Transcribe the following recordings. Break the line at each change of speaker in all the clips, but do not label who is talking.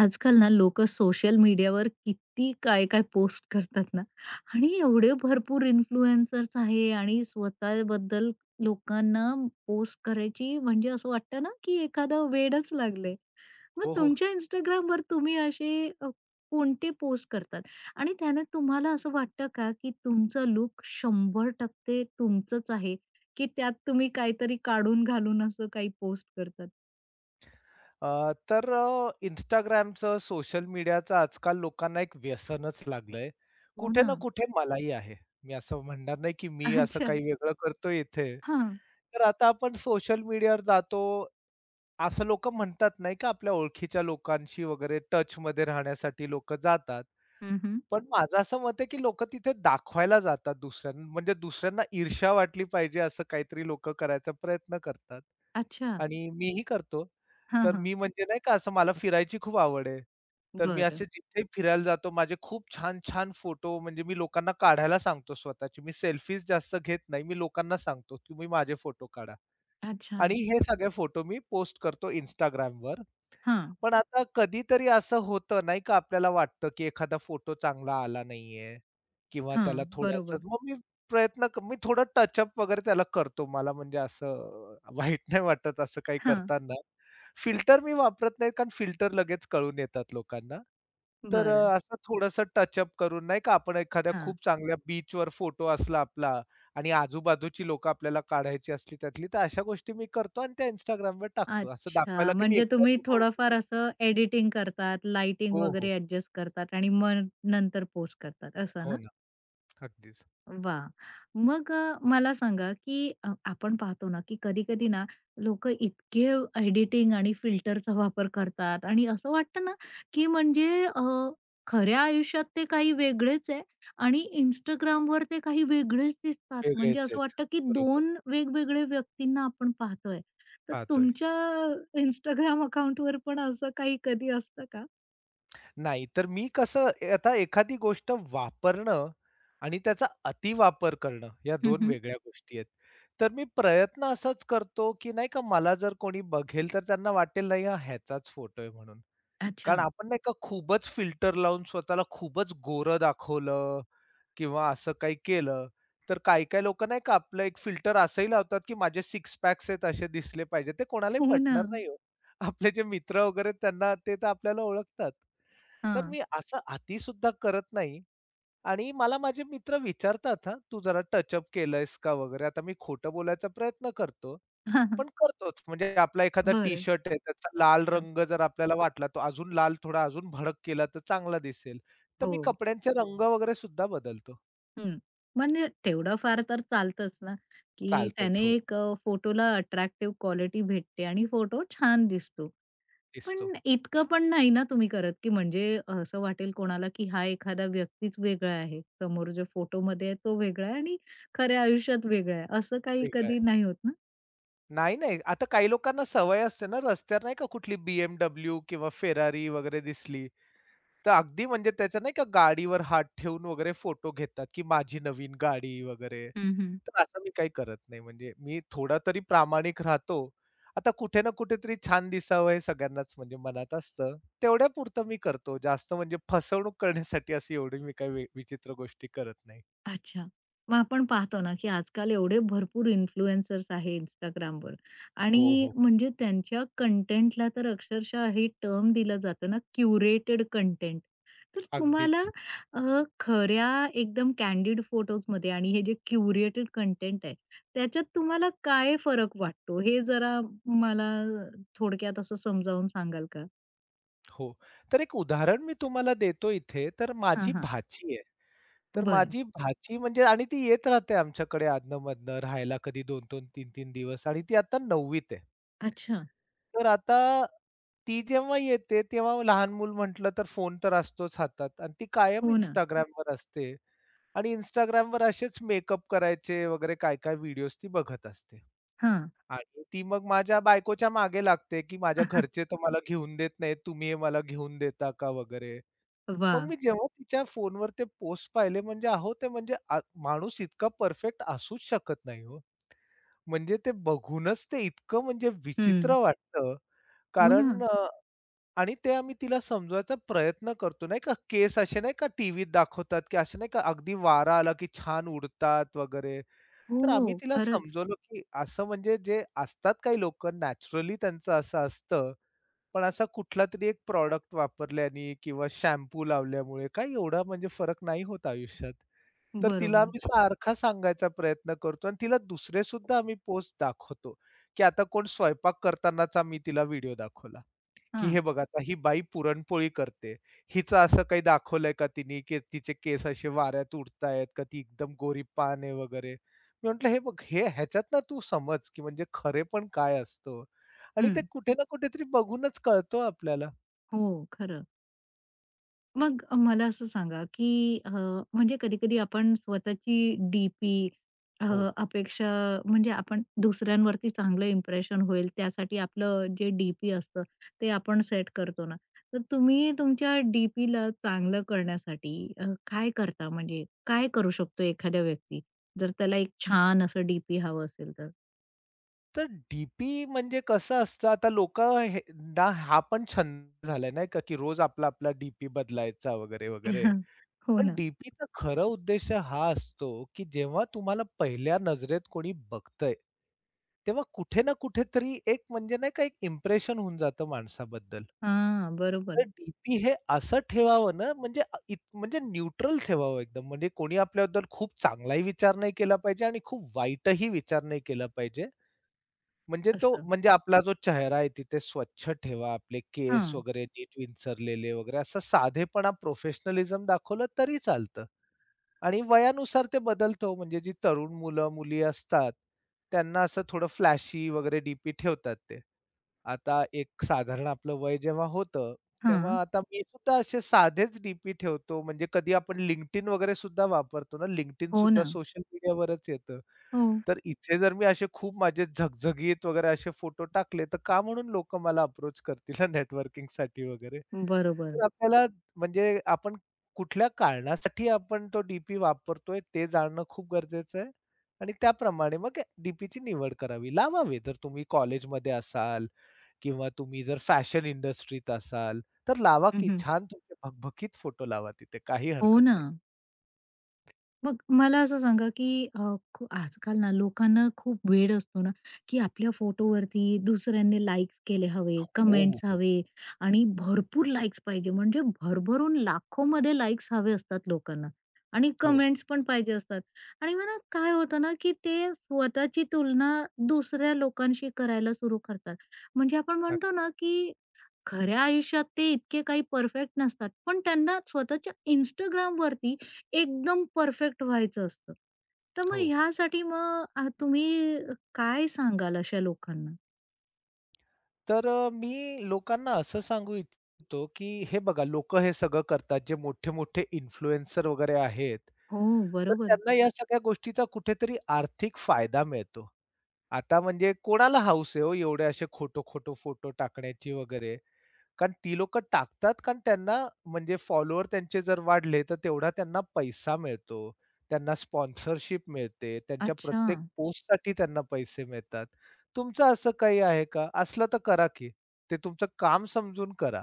आजकाल ना लोकं सोशल मीडियावर किती काय-काय पोस्ट करतात ना आणि एवढे भरपूर इन्फ्लुएन्सर्स आहे आणि स्वतःबद्दल लोकांना पोस्ट करायची म्हणजे असं वाटतं ना, की एखादा वेडच लागलंय. मग
हो, हो.
तुमच्या Instagramवर तुम्ही असे कोणते पोस्ट करतात? आणि त्याने तुम्हाला असं वाटतं का, की तुमचं लूक 100% तुमचंच आहे, की त्यात तुम्ही काहीतरी काढून घालून असं काही पोस्ट करतात?
Instagramचं, सोशल मीडियाचं आजकाल लोकांना एक व्यसनच लागलंय.
हो
कुठे
ना.
ना कुठे मलाही आहे. मी असं म्हणणार नाही, की मी असं
अच्छा.
काही वेगळं करतोय इथे.
हां.
तर आता आपण सोशल मीडियावर जातो. असं लोकं म्हणतात नाही का, आपल्या ओळखीच्या लोकांशी वगैरे टचमध्ये राहण्यासाठी लोकं जातात. पण माझं असं मत आहे, की लोकं तिथे दाखवायला जातात दुसऱ्यांना, म्हणजे दुसऱ्यांना ईर्ष्या वाटली पाहिजे असं काहीतरी लोकं करायचा प्रयत्न करतात.
अच्छा.
आणि मीही करतो.
हां,
तर
हां.
मी म्हणजे नाही का असं मला फिरायची खूप आवड आहे. तर मी
बरं.
असे जिथे फिरायला जातो माझे खूप छान-छान फोटो म्हणजे मी लोकांना काढायला सांगतो स्वतःचे. मी सेल्फीज जास्त घेत नाही. मी लोकांना सांगतो, तुम्ही माझे फोटो काढा.
अच्छा.
आणि हे सगळे फोटो मी पोस्ट करतो Instagramवर.
हां,
पण आता कधीतरी असं होतं नाही का, आपल्याला वाटतं, की एखादा फोटो चांगला आला नाहीये किंवा
हां.
त्याला थोडंसं
बरोबर.
मग मी मी थोडं टचअप वगैरे त्याला करतो. मला म्हणजे असं वाईट नाही वाटत असं काही
हां.
करताना. फिल्टर मी वापरत नाही, कारण फिल्टर लगेच कळून येतात लोकांना. तर
बरं.
असं थोडंसं टचअप करून नाही का, आपण एखाद्या खूप
हां.
चांगल्या बीचवर फोटो असला आपला आणि आजूबाजूची लोकं आपल्याला काढायची असली त्यातली, तर अशा गोष्टी मी करतो आणि त्या Instagramवर टाकतो. असं दाखवायला,
अच्छा.
की मी
म्हणजे
एकटाच
तुम्ही
उभा
थोडंफार
होतो.
असं एडिटिंग करतात, लाइटिंग
हो, हो.
वगैरे ॲडजस्ट करतात आणि मग नंतर पोस्ट करतात असं
हो
ना?
ना. अगदीच.
वाह! मग मला सांगा, की आपण पाहतो ना, की कधी-कधी ना लोकं इतके एडिटिंग आणि फिल्टरचा वापर करतात आणि असं वाटतं ना, की म्हणजे अ, खऱ्या आयुष्यात ते काही वेगळेच आहे आणि Instagramवर ते काही वेगळेच दिसतात. म्हणजे
वेगळेच
असं
आहेत.
वाटतं, की
बरोबर,
दोन वेगवेगळे व्यक्तींना आपण पाहतोय. तर
पाहतोय.
तुमच्या Instagram अकाउंटवर पण असं काही कधी असतं का?
नाही, तर मी कसं आता एखादी गोष्ट वापरणं आणि त्याचा अतिवापर करणं या
हं,
दोन
हं.
वेगळ्या गोष्टी आहेत. तर मी प्रयत्न असाच करतो, की नाही का मला जर कोणी बघेल तर त्यांना वाटेल नाही हा ह्याचाच फोटो आहे म्हणून.
अच्छा.
कारण आपण नाही का खूपच फिल्टर लावून स्वतःला खूपच गोरं दाखवलं किंवा असं काही केलं, तर काही-काही लोकं नाही का आपलं एक फिल्टर असंही लावतात, की माझे सिक्स पॅक्स आहेत असे दिसले पाहिजे. ते कोणालाही
हो ना.
पटणार नाही हो. आपले जे मित्र वगैरे त्यांना ते तर आपल्याला ओळखतात. तर
हां.
मी असं अति सुद्धा करत नाही आणि मला माझे मित्र विचारतात हां, "तू जरा टचअप केलंयस का?" वगैरे. आता मी खोटं बोलायचा प्रयत्न करतो, पण करतोच. म्हणजे आपला एखादा
बरं.
टी-शर्ट आहे, त्याचा लाल
हां.
रंग जर आपल्याला वाटला, तो अजून लाल थोडा अजून भडक केला तर चांगला दिसेल. तर
हो.
मी कपड्यांचे रंग वगैरे सुद्धा बदलतो.
हं. म्हणजे तेवढं फार तर चालतंच ना, की
चालतच.
त्याने
हो,
एक फोटोला अट्रॅक्टिव्ह क्वालिटी भेटते आणि फोटो छान दिसतो.
दिसतो.
पण इतकं पण नाही ना तुम्ही करत, की म्हणजे असं वाटेल कोणाला, की हा एखादा व्यक्तीच वेगळा आहे. समोर जो फोटोमध्ये आहे तो वेगळा आहे आणि खऱ्या आयुष्यात वेगळा आहे. असं काही
वेगळा
कधी
आहे.
नाही होत ना?
नाही, नाही. आता काही लोकांना सवय असते ना रस्त्यावर नाही का कुठली BMW किंवा फेरारी वगैरे दिसली, तर अगदी म्हणजे त्याच्या नाही का गाडीवर हात ठेवून वगैरे फोटो घेतात, की माझी नवीन गाडी वगैरे.
हं, हं.
तर असं मी काही करत नाही. म्हणजे मी थोडा तरी प्रामाणिक राहतो. आता कुठे ना कुठेतरी छान दिसावं हे सगळ्यांनाच म्हणजे मनात असतं. तेवढ्यापुरतं मी करतो. जास्त म्हणजे फसवणूक करण्यासाठी अशी एवढी मी काही विचित्र गोष्टी करत नाही.
अच्छा. मग आपण पाहतो ना, की आजकाल एवढे भरपूर इन्फ्लुएन्सर्स आहे Instagramवर आणि
हो, हो.
म्हणजे त्यांच्या कंटेंटला तर अक्षरशः हे टर्म दिलं जातं ना, क्युरेटेड कंटेंट. तर तुम्हाला
अगदीच.
अ, खऱ्या एकदम कँडिड फोटोजमध्ये आणि हे जे क्युरेटेड कंटेंट आहे, त्याच्यात तुम्हाला काय फरक वाटतो? हे जरा मला थोडक्यात असं समजावून सांगाल का?
हो. तर एक उदाहरण मी तुम्हाला देतो इथे, तर
हां,
माझी
हां.
भाची आहे. तर
बरं.
माझी भाची म्हणजे आणि ती येत राहते आमच्याकडे अधनं-मधनं राहायला कधी 2-2, 3-3 दिवस आणि ती आता 9वीत आहे.
अच्छा.
तर आता ती जेव्हा येते, तेव्हा लहान मूल म्हटलं तर फोन तर असतोच हातात आणि ती कायम
हो ना.
Instagramवर असते आणि Instagramवर असेच मेकअप करायचे वगैरे काय-काय व्हिडिओज ती बघत असते.
हां.
आणि ती मग माझ्या बायकोच्या मागे लागते, की माझ्या
हां.
घरचे तर मला घेऊन देत नाहीत, तुम्ही हे मला घेऊन देता का वगैरे.
वाह!
मग मी जेव्हा तिच्या फोनवर ते पोस्ट पाहिले म्हणजे अहो ते म्हणजे माणूस इतका परफेक्ट असूच शकत नाही हो. म्हणजे ते बघूनच ते इतकं म्हणजे विचित्र वाटतं.
हो ना.
कारण आणि ते आम्ही तिला समजवायचा प्रयत्न करतो नाही का केस असे नाही का टीव्हीत दाखवतात, की असे नाही का अगदी वारा आला की छान उडतात वगैरे.
हो,
तर आम्ही
हो.
तिला
खरंच.
समजवलं, की असं म्हणजे जे असतात काही लोकं नॅचरली त्यांचं असं असतं. पण असा कुठलातरी एक प्रॉडक्ट वापरल्याने किंवा शॅम्पू लावल्यामुळे काही एवढा म्हणजे फरक नाही होत आयुष्यात. तर तिला
बरोबर.
आम्ही सारखा सांगायचा प्रयत्न करतो आणि तिला दुसरे सुद्धा आम्ही पोस्ट दाखवतो, की आता कोण स्वयंपाक करतानाचा मी तिला व्हिडिओ दाखवला. की
हां.
हे बघा आता ही बाई पुरणपोळी करते. हिचं असं काही दाखवलंय का तिने की तिचे केस असे वाऱ्यात उडतायत, का ती एकदम गोरीपान आहे वगैरे. मी म्हटलं हे बघ हे ह्याच्यातनं तू समज की म्हणजे खरेपण काय असतो आणि
हं.
ते कुठे ना कुठेतरी बघूनच कळतो आपल्याला.
हो, खरं. मग मला असं सांगा, की म्हणजे कधी-कधी आपण स्वतःची डी-पी अ,
हो.
अपेक्षा म्हणजे आपण दुसऱ्यांवरती चांगलं इम्प्रेशन होईल त्यासाठी आपलं जे डी-पी असतं ते आपण सेट करतो ना. तर तुम्ही तुमच्या डी-पीला चांगलं करण्यासाठी काय करता? म्हणजे काय करू शकतो एखादा व्यक्ती जर त्याला एक छान असं डी हवं असेल तर?
तर डी म्हणजे कसं असतं आता लोकं ना हा पण छंद झालाय नाही का, की रोज आपला-आपला डी बदलायचा वगैरे, वगैरे.
हो
पण
ना.
डीपीचा खरा उद्देश हा असतो, की जेव्हा तुम्हाला पहिल्या नजरेत कोणी बघतंय, तेव्हा कुठे ना कुठेतरी एक म्हणजे नाही का एक इम्प्रेशन होऊन जातं माणसाबद्दल.
हां, बरोबर.
तर डीपी हे असं ठेवावं ना म्हणजे अ, इत म्हणजे न्यूट्रल ठेवावं एकदम. म्हणजे कोणी आपल्याबद्दल खूप चांगलाही विचार नाही केला पाहिजे आणि खूप वाईटही विचार नाही केला पाहिजे. म्हणजे तो
असं.
म्हणजे आपला जो चेहरा आहे तिथे स्वच्छ ठेवा, आपले केस
हां,
वगैरे नीट विंचरलेले वगैरे असा साधेपणा, प्रोफेशनलिझम दाखवलं तरी चालतं. आणि वयानुसार ते बदलतं हो. म्हणजे जी तरुण मुलं-मुली असतात, त्यांना असं थोडं फ्लॅशी वगैरे डीपी ठेवतात ते. आता एक साधारण आपलं वय जेव्हा होतं,
हां.
तेव्हा आता मी सुद्धा असे साधेच डीपी ठेवतो. म्हणजे कधी आपण LinkedIn वगैरे सुद्धा वापरतो ना, LinkedIn
हो
सुद्धा
ना.
सोशल मीडियावरच येतं.
हो.
तर इथे जर मी असे खूप माझे झगझगीत वगैरे असे फोटो टाकले, तर का म्हणून लोकं मला अप्रोच करतील नेटवर्किंगसाठी वगैरे.
बरोबर.
तर आपल्याला म्हणजे आपण कुठल्या कारणासाठी आपण तो डीपी वापरतोय ते जाणणं खूप गरजेचं आहे आणि त्याप्रमाणे मग निवड करावी. लावावे जर तुम्ही कॉलेजमध्ये असाल किंवा तुम्ही जर फॅशन इंडस्ट्रीत असाल, तर लावा
हं,
की
हं.
छान तुमचे भकभकीत फोटो लावा तिथे काही
हो
हरकत
ना.
नाही.
मग मला असं सांगा, की अ, खू आजकाल ना लोकांना खूप वेड असतो ना, की आपल्या फोटोवरती दुसऱ्यांनी लाइक्स केले हवे,
हो, हो,
कमेंट्स
हो.
हवे आणि भरपूर लाइक्स पाहिजे. म्हणजे भरभरून लाखोमध्ये लाइक्स हवे असतात लोकांना आणि
हो.
कमेंट्स पण पाहिजे असतात. आणि मग ना काय होतं ना, की ते स्वतःची तुलना दुसऱ्या लोकांशी करायला सुरू करतात. म्हणजे आपण
नक-
म्हणतो ना, की खऱ्या आयुष्यात ते इतके काही परफेक्ट नसतात, पण त्यांना स्वतःच्या Instagramवरती एकदम परफेक्ट व्हायचं असतं. तर मग
हो.
ह्यासाठी मग तुम्ही काय सांगाल अशा लोकांना?
तर मी लोकांना असं सांगू इच्छितो, की हे बघा लोकं हे सगळं करतात, जे मोठे-मोठे इन्फ्लुएन्सर वगैरे आहेत.
हो,
तर
बरोबर.
त्यांना या सगळ्या गोष्टीचा कुठेतरी आर्थिक फायदा मिळतो. आता म्हणजे कोणाला हौस आहे हो एवढे असे खोटं फोटो टाकण्याची वगैरे. कारण ती लोकं टाकतात कारण त्यांना म्हणजे फॉलोवर त्यांचे जर वाढले, तर तेवढा त्यांना पैसा मिळतो. त्यांना स्पॉन्सरशिप मिळते. त्यांच्या
अच्छा.
प्रत्येक पोस्टसाठी त्यांना पैसे मिळतात. तुमचं असं काही आहे का? असलं तर करा की. ते तुमचं काम समजून करा.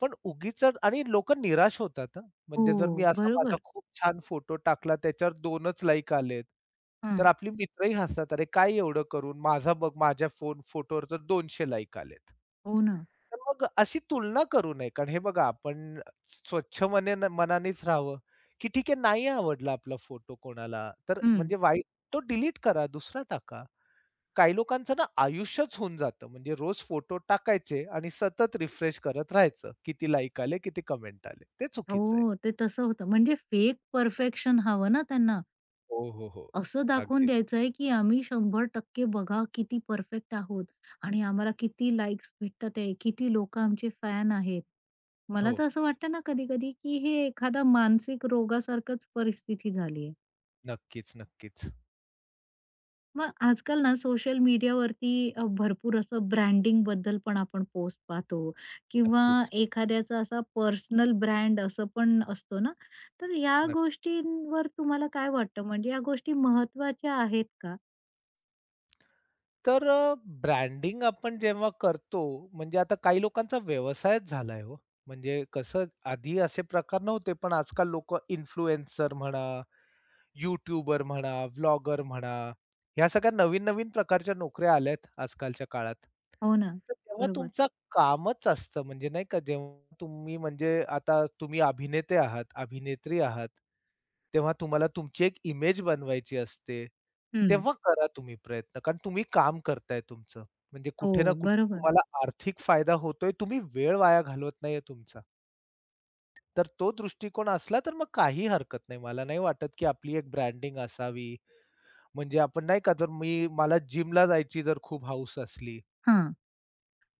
पण उगीचच आणि लोकं निराश होतात हं. म्हणजे जर मी
हो,
असा माझा
बरोबर.
खूप छान फोटो टाकला त्याच्यावर 2च लाइक आलेत.
हां.
तर आपली मित्रही हसतात, "अरे काय एवढं करून? माझा बघ माझ्या फोन फोटोवर तर 200 लाइक आलेत."
हो ना.
तर मग अशी तुलना करू नये. कारण हे बघा आपण स्वच्छ मनानेच राहावं, की ठीक आहे नाही आवडला आपला फोटो कोणाला, तर
हं.
म्हणजे वाईट तो डिलीट करा, दुसरा टाका. काही लोकांचं ना आयुष्यच होऊन जातं. म्हणजे रोज फोटो टाकायचे आणि सतत रिफ्रेश करत राहायचं. किती लाइक आले, किती कमेंट आले. ते चुकीचं आहे.
हो, ते तसं होतं. म्हणजे फेक परफेक्शन हवं ना त्यांना.
हो, हो, हो.
असं दाखवून
अगदी.
द्यायचं आहे, की आम्ही 100% बघा किती परफेक्ट आहोत आणि आम्हाला किती लाइक्स भेटतात आहे, किती लोकं आमचे फॅन आहेत. मला
हो.
तर असं वाटतं ना कधी-कधी, की हे एखादा मानसिक रोगासारखंच परिस्थिती झाली आहे.
नक्कीच, नक्कीच,
मग आजकाल ना सोशल मीडियावरती भरपूर असं ब्रँडिंगबद्दल पण आपण पोस्ट पाहतो किंवा
नक्कीच. नक्की.
एखाद्याचा असा पर्सनल ब्रँड असं पण असतो ना. तर या गोष्टींवर तुम्हाला काय वाटतं? म्हणजे या गोष्टी महत्त्वाच्या आहेत का?
तर ब्रँडिंग आपण जेव्हा करतो, म्हणजे आता काही लोकांचा व्यवसायच झालाय हो. म्हणजे कसं आधी असे प्रकार नव्हते, पण आजकाल लोकं इन्फ्लुएन्सर म्हणा यूट्यूबर म्हणा, व्लॉगर म्हणा, ह्या सगळ्या नवीन-नवीन प्रकारच्या नोकऱ्या आल्यात आजकालच्या काळात.
हो ना.
तर तेव्हा
बरोबर.
तुमचं कामच असतं म्हणजे नाही का, जेव्हा तुम्ही म्हणजे आता तुम्ही अभिनेते आहात, अभिनेत्री आहात, तेव्हा तुम्हाला तुमची एक इमेज बनवायची असते.
हं.
तेव्हा करा तुम्ही प्रयत्न कारण तुम्ही काम करताय तुमचं. म्हणजे
हो,
कुठे ना कुठे
बरोबर.
तुम्हाला आर्थिक फायदा होतोय, तुम्ही वेळ वाया घालवत नाहीये तुमचा. तर तो दृष्टिकोन असला तर मग काही हरकत नाही. मला नाही वाटत, की आपली एक ब्रँडिंग असावी. म्हणजे आपण नाही का जर मी मला जिमला जायची जर खूप हौस असली,
हां.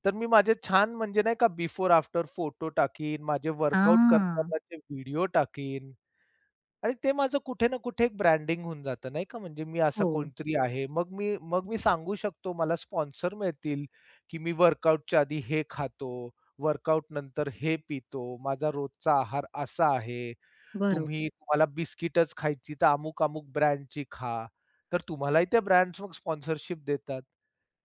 तर मी माझे छान म्हणजे नाही का बिफोर आफ्टर फोटो टाकीन, माझे वर्कआउट
हां.
करतानाचे व्हिडिओ टाकीन आणि ते माझं कुठे ना कुठे एक ब्रँडिंग होऊन जातं नाही का. म्हणजे मी असा
हो,
कोणतरी आहे. मग मी सांगू शकतो मला स्पॉन्सर मिळतील, की मी वर्कआउटच्या आधी हे खातो, वर्कआउट नंतर हे पितो, माझा रोजचा आहार असा आहे.
बरोबर.
तुम्ही तुम्हाला बिस्किटच खायची तर अमुक-अमुक ब्रँडची खा. तर तुम्हालाही त्या ब्रँड्स मग स्पॉन्सरशिप देतात.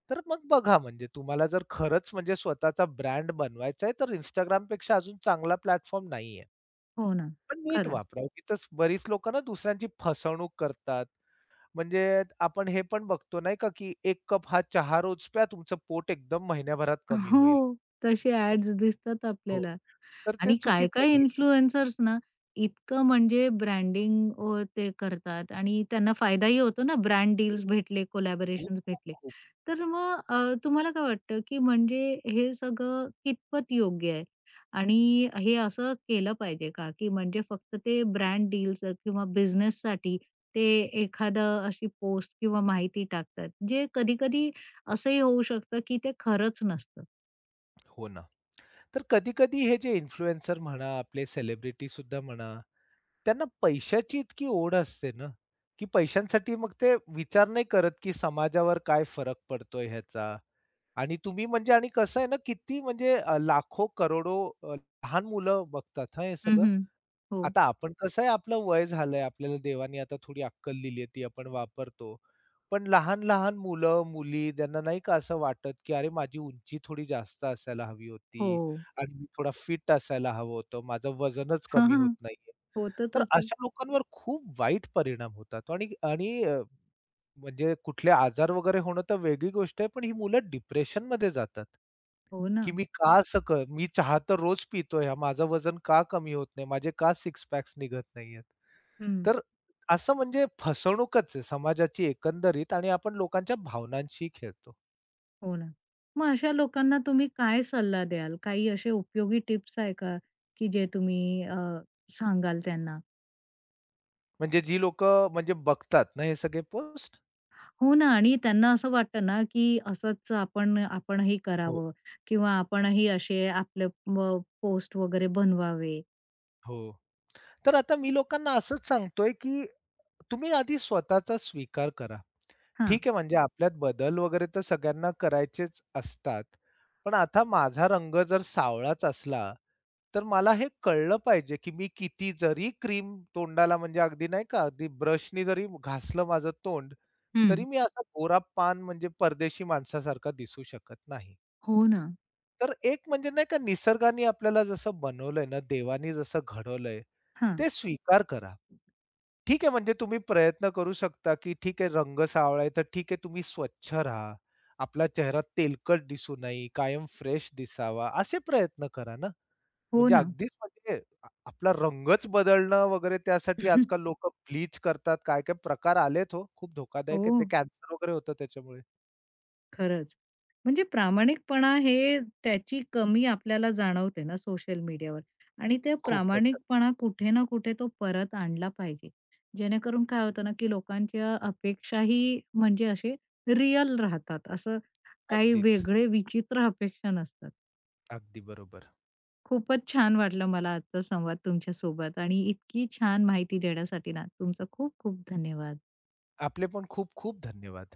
तर मग बघा म्हणजे तुम्हाला जर खरंच म्हणजे स्वतःचा ब्रँड बनवायचा आहे, तर Instagramपेक्षा अजून चांगला प्लॅटफॉर्म नाहीये.
हो ना.
पण नीट
खरंच.
वापरा. उगीचच बरीच लोकं ना दुसऱ्यांची फसवणूक करतात. म्हणजे आपण हे पण बघतो नाही का, की 1 कप हा चहा रोज प्या, तुमचं पोट एकदम महिन्याभरात कमी होईल.
हो, तसे ॲड्स दिसतात
हो.
आपल्याला.
तर ते
आणि
चुकीचं
काय-काय
आहे.
इन्फ्लुएन्सर्स ना, इतकं म्हणजे ब्रँडिंग ते करतात आणि त्यांना फायदाही होतो ना, ब्रँड डील्स भेटले,
खूप,
कोलॅबोरेशन्स
खूप,
भेटले.
खूप.
तर मग तुम्हाला काय वाटतं, की म्हणजे हे सगळं कितपत योग्य आहे? आणि हे असं केलं पाहिजे का, की म्हणजे फक्त ते ब्रँड डील्स किंवा बिझनेससाठी ते एखादं अशी पोस्ट किंवा माहिती टाकतात, जे कधी-कधी असंही होऊ शकतं, की ते खरंच नसतं?
हो ना. तर कधी-कधी हे जे इन्फ्लुएन्सर म्हणा, आपले सेलिब्रिटी सुद्धा म्हणा, त्यांना पैशाची इतकी ओढ असते ना, की पैशांसाठी मग ते विचार नाही करत, की समाजावर काय फरक पडतोय ह्याचा. आणि तुम्ही म्हणजे आणि कसं आहे ना, किती म्हणजे लाखो, करोडो लहान मुलं बघतात हां, हे सगळं.
हं, हो.
आता आपण कसं आहे आपलं वय झालंय, आपल्याला देवाने आता थोडी अक्कल दिली आहे ती आपण वापरतो. पण लहान-लहान मुलं-मुली त्यांना नाही का असं वाटत, की अरे माझी उंची थोडी जास्त असायला हवी
हो.
होती आणि मी थोडा फिट असायला हवं होतं. माझं वजनच कमी होत नाहीये.
होतं
तर
तसं.
अशा लोकांवर खूप वाईट परिणाम होतात आणि आणि अ, म्हणजे कुठले आजार वगैरे होणं तर वेगळी गोष्ट आहे, पण ही मुलं डिप्रेशनमध्ये जातात.
हो ना.
की मी का असं मी चहा तर रोज पितोय हा. माझं वजन का कमी होत नाही? माझे का सिक्स पॅक्स निघत नाहीयेत?
हं.
तर असं म्हणजे फसवणूकच आहे समाजाची एकंदरीत आणि आपण लोकांच्या भावनांशी खेळतो.
हो ना. मग अशा लोकांना तुम्ही काय सल्ला द्याल? काही असे उपयोगी टिप्स आहे का, की जे तुम्ही सांगाल त्यांना?
म्हणजे जी लोकं म्हणजे बघतात ना हे सगळे पोस्ट.
हो ना आणि त्यांना असं वाटतं ना, की असंच आपण आपणही
हो,
करावं किंवा आपणही असे आपले पोस्ट वगैरे बनवावे.
हो. तर आता मी लोकांना असंच सांगतोय, की तुम्ही आधी स्वतःचा स्वीकार करा.
हां.
ठीक आहे म्हणजे आपल्यात बदल वगैरे तर सगळ्यांना करायचेच असतात. पण आता माझा रंग जर सावळाच असला तर मला हे कळलं पाहिजे, की मी किती जरी क्रीम तोंडाला म्हणजे अगदी नाही का, अगदी ब्रशनी जरी घासलं माझं तोंड,
हं.
तरी मी असा गोरा पान म्हणजे परदेशी माणसासारखा दिसू शकत नाही.
हो ना.
तर एक म्हणजे नाही का निसर्गाने आपल्याला जसं बनवलंय ना, देवाने जसं घडवलंय,
हां.
ते स्वीकार करा. ठीक आहे, म्हणजे तुम्ही प्रयत्न करू शकता, की ठीक आहे रंग सावळा आहे, तर ठीक आहे तुम्ही स्वच्छ राहा. आपला चेहरा तेलकट दिसू नये, कायम फ्रेश दिसावा, असे प्रयत्न करा ना.
हो
म्हणजे
ना.
अगदीच म्हणजे आपला रंगच बदलणं वगैरे त्यासाठी आजकाल लोकं ब्लीच करतात. काय-काय प्रकार आलेत हो. खूप धोकादायक
हो.
आहे. ते कॅन्सर वगैरे होतं त्याच्यामुळे.
खरंच. म्हणजे प्रामाणिकपणा हे त्याची कमी आपल्याला जाणवते ना सोशल मीडियावर आणि ते
खूपच.
प्रामाणिकपणा कुठे ना कुठे तो परत आणला पाहिजे. जेणेकरून काय होतं ना, की लोकांच्या अपेक्षाही म्हणजे असे रिअल राहतात. असं काही
अगदीच.
वेगळे विचित्र अपेक्षा नसतात.
अगदी बरोबर.
खूपच छान वाटलं मला आजचा संवाद तुमच्यासोबत आणि इतकी छान माहिती देण्यासाठी ना तुमचा खूप खूप धन्यवाद.
आपले पण खूप खूप धन्यवाद.